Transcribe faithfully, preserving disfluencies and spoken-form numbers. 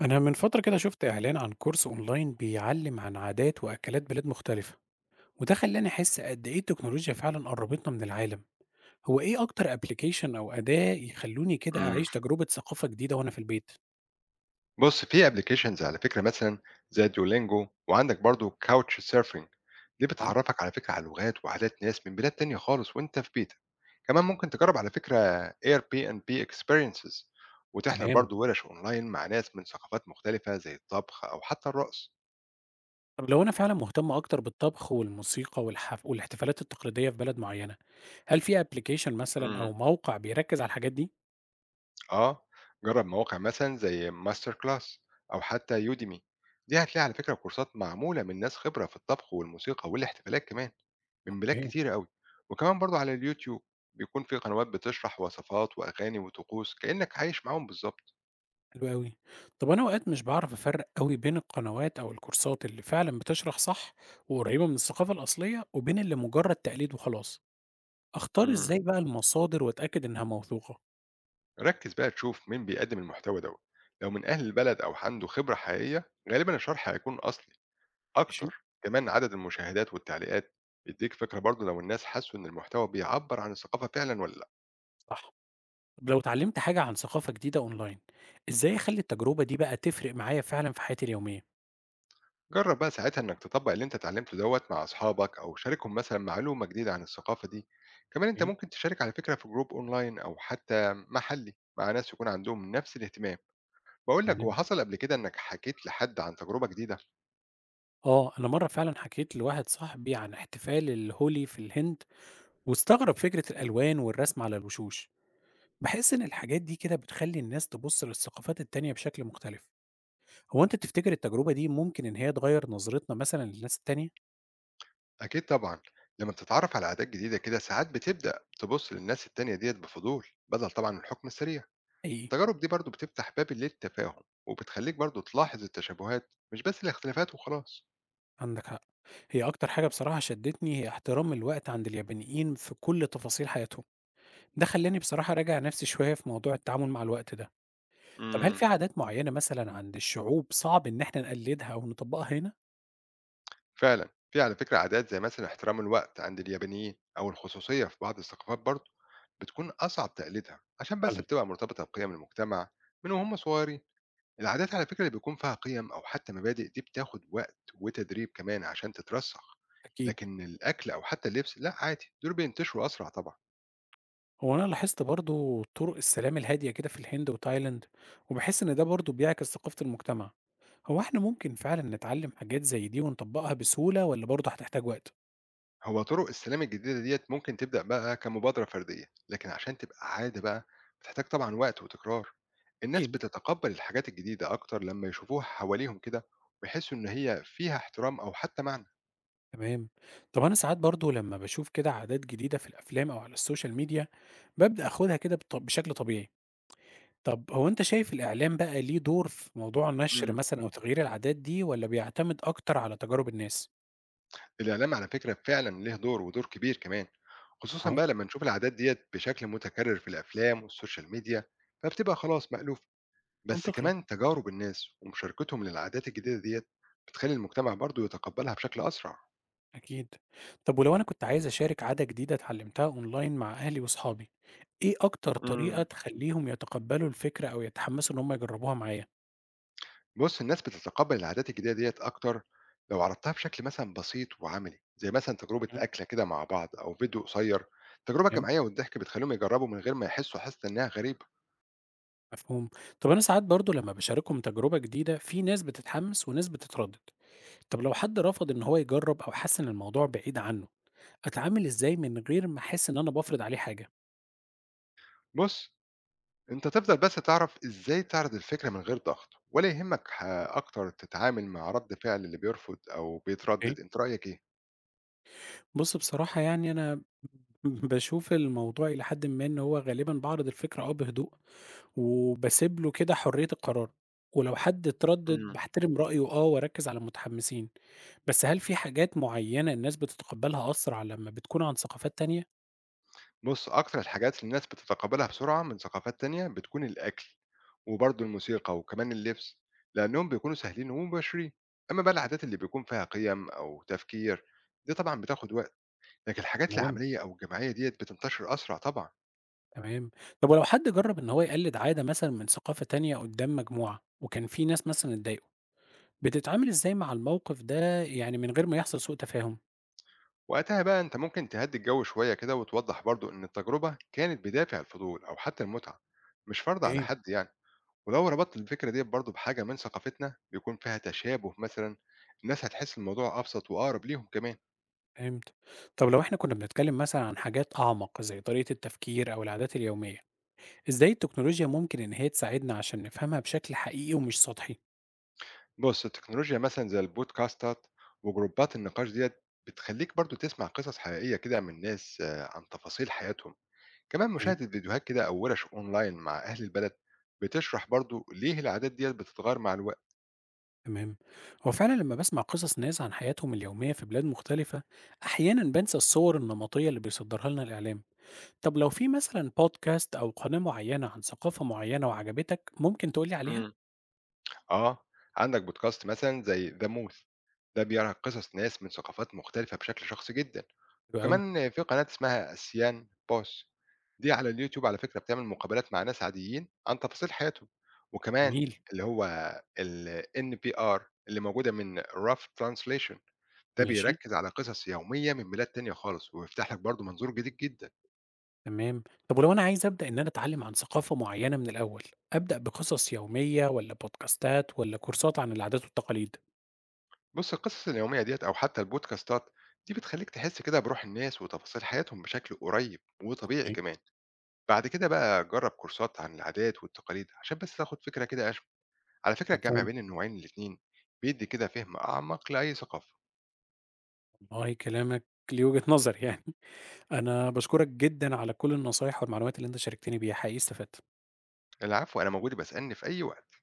أنا من فترة كده شفت إعلان عن كورس أونلاين بيعلم عن عادات وأكلات بلاد مختلفة، وده خلاني أحس قد إيه التكنولوجيا فعلا قربتنا من العالم. هو إيه أكتر أبليكيشن أو أداة يخلوني كده إمم. أعيش تجربة ثقافة جديدة وأنا في البيت؟ بُص، في applications على فكرة مثلًا زي duolingo وعندك برضه couch surfing. دي آه. بتعرّفك على فكرة على لغات وعادات ناس من بلاد تانية خالص وأنت في بيتك. كمان ممكن تجرّب على فكرة Airbnb experiences وتحضر تمام. برضه وِرَش online مع ناس من ثقافات مختلفة زي الطبخ أو حتى الرقص. طب لو أنا فعلا مهتم أكتر بالطبخ والموسيقى والحف... والاحتفالات التقليدية في بلد معينة، هل في أبليكيشن مثلا أو إمم. موقع بيركز على الحاجات دي؟ آه، جرّب مواقع مثلًا زي masterclass أو حتى Udemy. دي هتلاقي على فكرة كورسات معمولة من ناس خبرة في الطبخ والموسيقى والاحتفالات كمان، من بلاد اوكي. كتيرة أوي، وكمان برضه على اليوتيوب بيكون في قنوات بتشرح وصفات وأغاني وطقوس كأنك عايش معاهم بالضبط. حلو أوي. طب أنا أوقات مش باعرف أفرّق أوي بين القنوات أو الكورسات اللي فعلًا بتشرح صح وقريبة من الثقافة الأصلية، وبين اللي مجرد تقليد وخلاص. أختار امم إزاي بقى المصادر وأتأكد إنها موثوقة؟ ركز بقى تشوف مين بيقدم المحتوى دوت، لو من أهل البلد أو عنده خبرة حقيقية غالبا الشرح هيكون أصلي ماشي. أكتر، كمان عدد المشاهدات والتعليقات بيديك فكرة برضه لو الناس حسوا إن المحتوى بيعبر عن الثقافة فعلا ولا لأ. صح. طب لو اتعلمت حاجة عن ثقافة جديدة أونلاين، إزاي أخلّي التجربة دي بقى تفرق معايا فعلًا في حياتي اليومية؟ جرب بقى ساعتها انك تطبق اللي انت اتعلمته دوت مع اصحابك او شاركهم مثلا معلومه جديده عن الثقافه دي. كمان انت إيه. ممكن تشارك على فكره في جروب اونلاين او حتى محلي مع ناس يكون عندهم نفس الاهتمام. بقول لك هو تمام. حصل قبل كده انك حكيت لحد عن تجربه جديده؟ آه، أنا مرّة فعلًا حكيت لواحد صاحبي عن احتفال الهولي في الهند، واستغرب فكرة الألوان والرسم على الوشوش. باحس إن الحاجات دي كده بتخلّي الناس تبُص للثقافات التانية بشكل مختلف. هو أنت تفتكر التجربة دي ممكن إن هي تغيّر نظرتنا مثلًا للناس التانية؟ اكيد طبعا، لما بتتعرف على عادات جديده كده ساعات بتبدا تبص للناس التانية ديت بفضول بدل طبعا من الحكم السريع. حقيقي. التجارب دي برضو بتفتح باب للتفاهم وبتخليك برضو تلاحظ التشابهات مش بس الاختلافات وخلاص. عندك حق. هي أكتر حاجة بصراحة شدّتني هي احترام الوقت عند اليابانيين في كل تفاصيل حياتهم. ده خلّاني بصراحة أراجع نفسي شوية في موضوع التعامل مع الوقت ده. طب هل امم في عادات معيّنة مثلًا عند الشعوب صعب إن إحنا نقلّدها أو نطبّقها هنا؟ فعلا في على فكرة عادات زي مثلا احترام الوقت عند اليابانيين أو الخصوصية في بعض الثقافات برضه بتكون أصعب تقليدها عشان بس فعلًا. بتبقى مرتبطة بقيم المجتمع من وهم صغيرين. العادات على فكرة اللي بيكون فيها قيم أو حتى مبادئ دي بتاخد وقت وتدريب كمان عشان تترسخ، أكيد. لكن الأكل أو حتى اللبس لا عادي دول بينتشروا أسرع طبعا. هو أنا لاحظت برضه طرق السلام الهادية كده في الهند وتايلاند، وبحس إن ده برضه بيعكس ثقافة المجتمع. هو إحنا ممكن فعلا نتعلم حاجات زي دي ونطبقها بسهولة ولا برضه هتحتاج وقت؟ هو طرق السلام الجديدة ديّة ممكن تبدأ بقى كمبادرة فردية، لكن عشان تبقى عادة بقى بتحتاج طبعًا وقت وتكرار. الناس أكيد. بتتقبّل الحاجات الجديدة أكتر لمّا يشوفوها حواليهم كده ويحسّوا إن هي فيها احترام أو حتى معنى. تمام. طب أنا ساعات برضه لما بشوف كده عادات جديدة في الأفلام أو على السوشيال ميديا ببدأ أخدها كده بط- بشكل طبيعي. طب هو أنت شايف الإعلام بقى ليه دور في موضوع النشر إمم. مثلا أو تغيير العادات دي ولا بيعتمد أكتر على تجارب الناس؟ الإعلام على فكرة فعلًا له دور ودور كبير كمان، خصوصًا أهو. بقى لمّا نشوف العادات ديّة بشكل متكرر في الأفلام والسوشيال ميديا، فبتبقى خلاص مألوفة. بس منطقي. كمان تجارب الناس ومشاركتهم للعادات الجديدة ديّة بتخلّي المجتمع برضه يتقبّلها بشكل أسرع. أكيد. طب ولو أنا كنت عايز أشارك عادة جديدة اتعلمتها أونلاين مع أهلي وصحابي، إيه أكتر طريقة إمم. تخلّيهم يتقبّلوا الفكرة أو يتحمّسوا إن هم يجرّبوها معايا؟ بُص، الناس بتتقبّل العادات الجديدة ديّة أكتر لو عرضتها بشكل مثلًا بسيط وعملي، زي مثلًا تجربة إمم. أكلة كده مع بعض أو فيديو قصير. التجربة تمام، الجماعية والضحك بتخلّيهم يجرّبوا من غير ما يحسّوا حاسة إنها غريبة. مفهوم. طب أنا ساعات برضه لمّا باشاركهم تجربة جديدة، في ناس بتتحمّس وناس بتتردّد. طب لو حد رفض إن هو يجرّب أو حَس إن الموضوع بعيد عنه، أتعامل إزاي من غير ما أحِس إن أنا بافرض عليه حاجة؟ بُص، أنت تفضل بس تعرف إزاي تعرض الفكرة من غير ضغط، ولا يهمك ح أكتر تتعامل مع رَد فعل اللي بيرفض أو بيتردد، أنت رأيك إيه؟ بُص بصراحة يعني أنا باشوف الموضوع إلى حدٍ ما إن هو غالبًا باعرض الفكرة آه بهدوء، وباسيب له كده حرية القرار، ولو حد اتردد إمم. باحترم رأيه آه وأركّز على المتحمسين. بس هل في حاجات معيّنة الناس بتتقبلها أسرع لمّا بتكون عن ثقافات تانية؟ بُص، أكتر الحاجات اللي الناس بتتقبلها بسرعة من ثقافات تانية بتكون الأكل، وبرضه الموسيقى، وكمان اللبس، لأنهم بيكونوا سهلين ومباشرين. أما بقى العادات اللي بيكون فيها قيم أو تفكير دي طبعًا بتاخد وقت، لكن الحاجات تمام. العملية أو الجماعية ديّة بتنتشر أسرع طبعًا. تمام. طب ولو حد جرّب إن هو يقلد عادة مثلًا من ثقافة تانية قدّام مجموعة، وكان في ناس مثلًا اتضايقوا، بتتعامل إزاي مع الموقف ده يعني من غير ما يحصل سوء تفاهم؟ وقتها بقى أنت ممكن تهدّي الجو شوية كده وتوضّح برضه إن التجربة كانت بدافع الفضول أو حتى المتعة، مش فرض على أوكي. حد يعني. ولو ربطت الفكرة ديّة برضه بحاجة من ثقافتنا بيكون فيها تشابه مثلًا، الناس هتحس الموضوع أبسط وأقرب ليهم كمان. فهمت. طب لو إحنا كنا بنتكلم مثلًا عن حاجات أعمق زي طريقة التفكير أو العادات اليومية، إزاي التكنولوجيا ممكن إن هي تساعدنا عشان نفهمها بشكل حقيقي ومش سطحي؟ بص التكنولوجيا مثلا زي البودكاستات وجروبات النقاش ديت بتخليك برضو تسمع قصص حقيقية كده من ناس آه، عن تفاصيل حياتهم. كمان أوكي. مشاهدة فيديوهات كده أو ورش أونلاين مع أهل البلد بتشرح برضو ليه العادات ديت بتتغير مع الوقت. تمام. هو فعلًا لما باسمع قصص ناس عن حياتهم اليومية في بلاد مختلفة، أحيانًا بانسى الصور النمطية اللي بيصدرها لنا الإعلام. طب لو في مثلًا بودكاست أو قناة معينة عن ثقافة معينة وعجبتك، ممكن تقول لي عليها؟ امم آه عندك بودكاست مثلا زي ذا موث، ده بيعرض قصص ناس من ثقافات مختلفة بشكل شخصي جدا. حلو أوي. وكمان في قناة اسمها أسيان بوس، دي على اليوتيوب على فكرة بتعمل مقابلات مع ناس عاديين عن تفاصيل حياتهم، وكمان جميل. اللي هو الNPR اللي موجودة من rough translation، ده ماشي. بيركز على قصص يومية من بلاد تانية خالص، ويفتح لك برضه منظور جديد جدًا. تمام. طب ولو انا عايز ابدا ان انا اتعلم عن ثقافه معينه من الاول، ابدا بقصص يوميه ولا بودكاستات ولا كورسات عن العادات والتقاليد؟ بُص القصص اليومية ديّة أو حتى البودكاستات دي بتخليك تحس كده بروح الناس وتفاصيل حياتهم بشكل قريب وطبيعي إيه؟ كمان. بعد كده بقى جرب كورسات عن العادات والتقاليد عشان بس تاخد فكرة كده أشمل. على فكرة الجمع مفهوم. بين النوعين الاتنين بيدي كده فهم أعمق لأي ثقافة. والله كلامك ليه وجهه نظر يعني. انا بشكرك جدا على كل النصايح والمعلومات اللي انت شاركتني بيها. حقيقي استفدت. العفو، أنا موجود، يبقى اسألني في أي وقت.